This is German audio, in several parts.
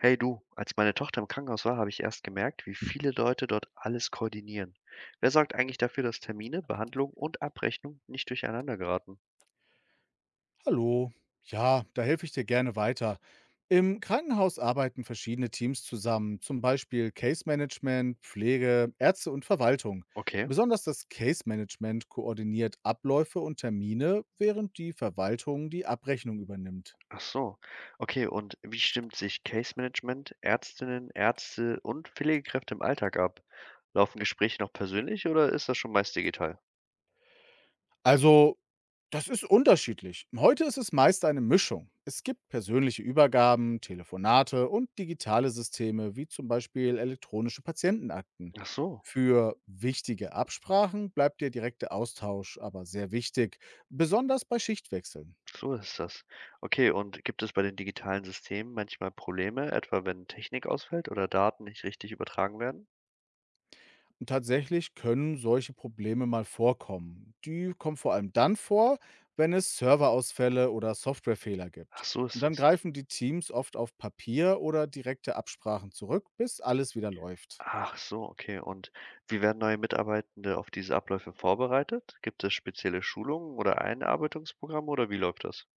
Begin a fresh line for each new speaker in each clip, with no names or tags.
Hey du, als meine Tochter im Krankenhaus war, habe ich erst gemerkt, wie viele Leute dort alles koordinieren. Wer sorgt eigentlich dafür, dass Termine, Behandlung und Abrechnung nicht durcheinander geraten?
Hallo. Ja, da helfe ich dir gerne weiter. Im Krankenhaus arbeiten verschiedene Teams zusammen, zum Beispiel Case Management, Pflege, Ärzte und Verwaltung.
Okay,
Besonders das Case Management koordiniert Abläufe und Termine, während die Verwaltung die Abrechnung übernimmt.
ach so. Okay, und wie stimmt sich Case Management, Ärztinnen, Ärzte und Pflegekräfte im Alltag ab? Laufen Gespräche noch persönlich oder ist das schon meist digital?
Also, das ist unterschiedlich. Heute ist es meist eine Mischung. Es gibt persönliche Übergaben, Telefonate und digitale Systeme, wie zum Beispiel elektronische Patientenakten.
Ach so,
Für wichtige Absprachen bleibt der direkte Austausch aber sehr wichtig, besonders bei Schichtwechseln.
so ist das. Okay, und gibt es bei den digitalen Systemen manchmal Probleme, etwa wenn Technik ausfällt oder Daten nicht richtig übertragen werden?
Und tatsächlich können solche Probleme mal vorkommen. Die kommen vor allem dann vor, wenn es Serverausfälle oder Softwarefehler
Ach
gibt.
so
Und
ist
dann
das.
greifen die Teams oft auf Papier oder direkte Absprachen zurück, bis alles wieder läuft.
Ach so, okay. Und wie werden neue Mitarbeitende auf diese Abläufe vorbereitet? Gibt es spezielle Schulungen oder Einarbeitungsprogramme oder wie läuft das?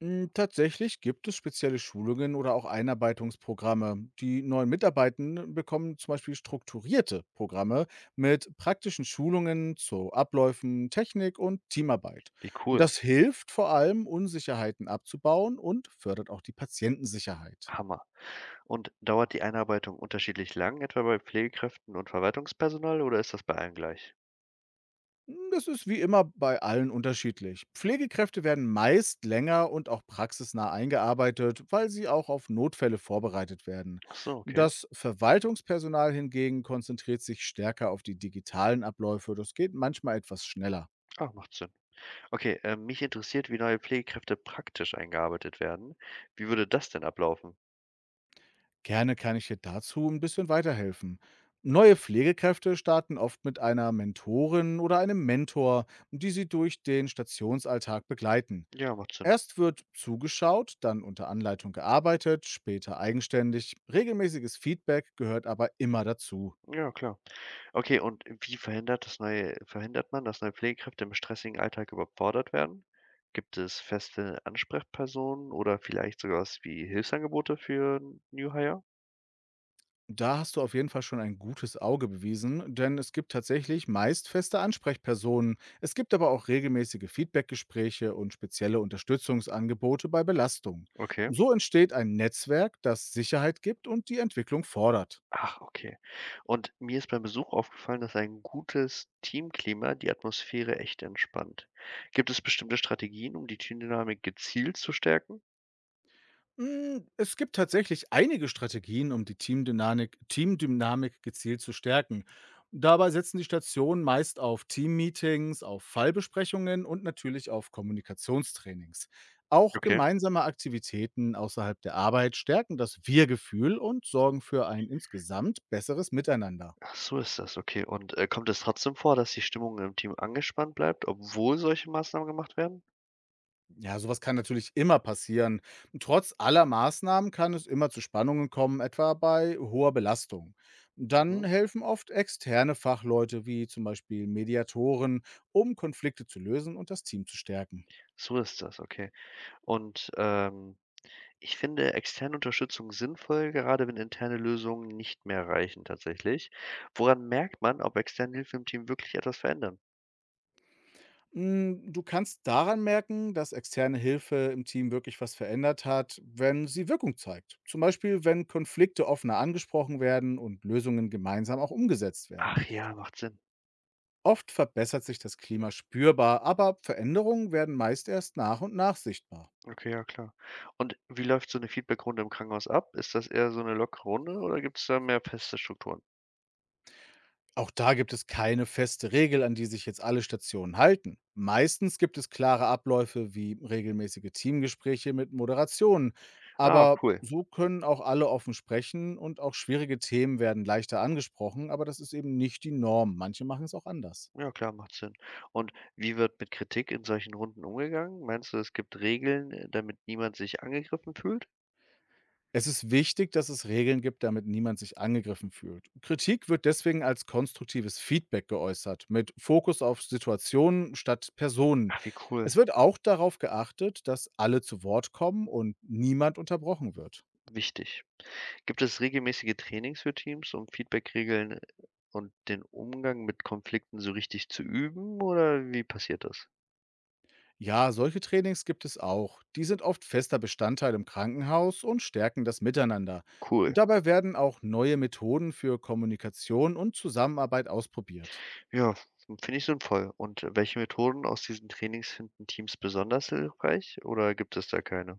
Tatsächlich gibt es spezielle Schulungen oder auch Einarbeitungsprogramme. Die neuen Mitarbeitenden bekommen zum Beispiel strukturierte Programme mit praktischen Schulungen zu Abläufen, Technik und Teamarbeit.
Wie cool.
Das hilft vor allem, Unsicherheiten abzubauen und fördert auch die Patientensicherheit.
Hammer. Und dauert die Einarbeitung unterschiedlich lang, etwa bei Pflegekräften und Verwaltungspersonal, oder ist das bei allen gleich?
Das ist wie immer bei allen unterschiedlich. Pflegekräfte werden meist länger und auch praxisnah eingearbeitet, weil sie auch auf Notfälle vorbereitet werden.
Ach so, okay.
Das Verwaltungspersonal hingegen konzentriert sich stärker auf die digitalen Abläufe. Das geht manchmal etwas schneller.
Ah, macht Sinn. Okay, mich interessiert, wie neue Pflegekräfte praktisch eingearbeitet werden. Wie würde das denn ablaufen?
Gerne kann ich dir dazu ein bisschen weiterhelfen. Neue Pflegekräfte starten oft mit einer Mentorin oder einem Mentor, die sie durch den Stationsalltag begleiten.
Ja, macht Sinn.
Erst wird zugeschaut, dann unter Anleitung gearbeitet, später eigenständig. Regelmäßiges Feedback gehört aber immer dazu.
Ja, klar. Okay, und wie verhindert das neue verhindert man, dass neue Pflegekräfte im stressigen Alltag überfordert werden? Gibt es feste Ansprechpersonen oder vielleicht sogar was wie Hilfsangebote für New Hire?
Da hast du auf jeden Fall schon ein gutes Auge bewiesen, denn es gibt tatsächlich meist feste Ansprechpersonen. Es gibt aber auch regelmäßige Feedbackgespräche und spezielle Unterstützungsangebote bei Belastung.
Okay.
So entsteht ein Netzwerk, das Sicherheit gibt und die Entwicklung fordert.
Ach, okay. Und mir ist beim Besuch aufgefallen, dass ein gutes Teamklima die Atmosphäre echt entspannt. Gibt es bestimmte Strategien, um die Teamdynamik gezielt zu stärken?
Hm, es gibt tatsächlich einige Strategien, um die Teamdynamik gezielt zu stärken. Dabei setzen die Stationen meist auf Teammeetings, auf Fallbesprechungen und natürlich auf Kommunikationstrainings. Auch
Okay.
gemeinsame Aktivitäten außerhalb der Arbeit stärken das Wir-Gefühl und sorgen für ein insgesamt besseres Miteinander.
Ach, so ist das, okay. Und kommt es trotzdem vor, dass die Stimmung im Team angespannt bleibt, obwohl solche Maßnahmen gemacht werden?
Ja, sowas kann natürlich immer passieren. Trotz aller Maßnahmen kann es immer zu Spannungen kommen, etwa bei hoher Belastung. Dann
Mhm.
helfen oft externe Fachleute wie zum Beispiel Mediatoren, um Konflikte zu lösen und das Team zu stärken.
So ist das, okay. Und, ich finde externe Unterstützung sinnvoll, gerade wenn interne Lösungen nicht mehr reichen tatsächlich. Woran merkt man, ob externe Hilfe im Team wirklich etwas verändern?
Du kannst daran merken, dass externe Hilfe im Team wirklich was verändert hat, wenn sie Wirkung zeigt. Zum Beispiel, wenn Konflikte offener angesprochen werden und Lösungen gemeinsam auch umgesetzt
Ach
werden.
ja, macht Sinn.
Oft verbessert sich das Klima spürbar, aber Veränderungen werden meist erst nach und nach sichtbar.
Okay, ja klar. Und wie läuft so eine Feedbackrunde im Krankenhaus ab? Ist das eher so eine lockere Runde oder gibt es da mehr feste Strukturen?
Auch da gibt es keine feste Regel, an die sich jetzt alle Stationen halten. Meistens gibt es klare Abläufe wie regelmäßige Teamgespräche mit Moderationen,
Ah,
aber
cool.
so können auch alle offen sprechen und auch schwierige Themen werden leichter angesprochen, aber das ist eben nicht die Norm. Manche machen es auch anders.
Ja klar, macht Sinn. Und wie wird mit Kritik in solchen Runden umgegangen? Meinst du, es gibt Regeln, damit niemand sich angegriffen fühlt?
Es ist wichtig, dass es Regeln gibt, damit niemand sich angegriffen fühlt. Kritik wird deswegen als konstruktives Feedback geäußert, mit Fokus auf Situationen statt Personen.
Ach, wie cool.
Es wird auch darauf geachtet, dass alle zu Wort kommen und niemand unterbrochen wird.
Wichtig. Gibt es regelmäßige Trainings für Teams, um Feedbackregeln und den Umgang mit Konflikten so richtig zu üben oder wie passiert das?
Ja, solche Trainings gibt es auch. Die sind oft fester Bestandteil im Krankenhaus und stärken das Miteinander.
Cool.
Dabei werden auch neue Methoden für Kommunikation und Zusammenarbeit ausprobiert.
Ja, finde ich sinnvoll. Und welche Methoden aus diesen Trainings finden Teams besonders hilfreich oder gibt es da keine?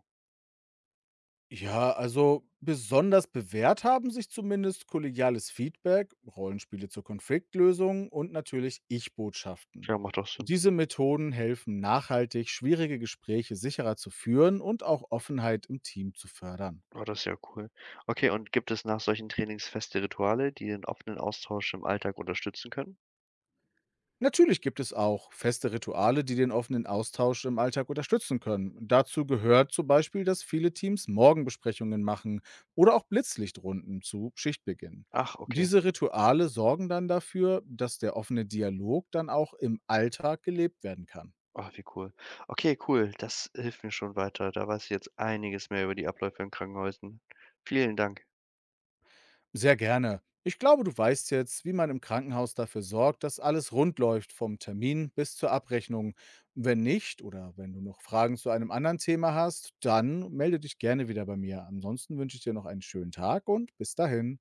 Ja, also besonders bewährt haben sich zumindest kollegiales Feedback, Rollenspiele zur Konfliktlösung und natürlich Ich-Botschaften.
Ja, macht doch Sinn.
Diese Methoden helfen nachhaltig, schwierige Gespräche sicherer zu führen und auch Offenheit im Team zu fördern.
Oh, das ist ja cool. Okay, und gibt es nach solchen Trainings feste Rituale, die den offenen Austausch im Alltag unterstützen können?
Natürlich gibt es auch feste Rituale, die den offenen Austausch im Alltag unterstützen können. Dazu gehört zum Beispiel, dass viele Teams Morgenbesprechungen machen oder auch Blitzlichtrunden zu Schichtbeginn.
Ach, okay.
Diese Rituale sorgen dann dafür, dass der offene Dialog dann auch im Alltag gelebt werden kann.
Ah, wie cool. Okay, cool. Das hilft mir schon weiter. Da weiß ich jetzt einiges mehr über die Abläufe in Krankenhäusern. Vielen Dank.
Sehr gerne. Ich glaube, du weißt jetzt, wie man im Krankenhaus dafür sorgt, dass alles rund läuft, vom Termin bis zur Abrechnung. Wenn nicht oder wenn du noch Fragen zu einem anderen Thema hast, dann melde dich gerne wieder bei mir. Ansonsten wünsche ich dir noch einen schönen Tag und bis dahin.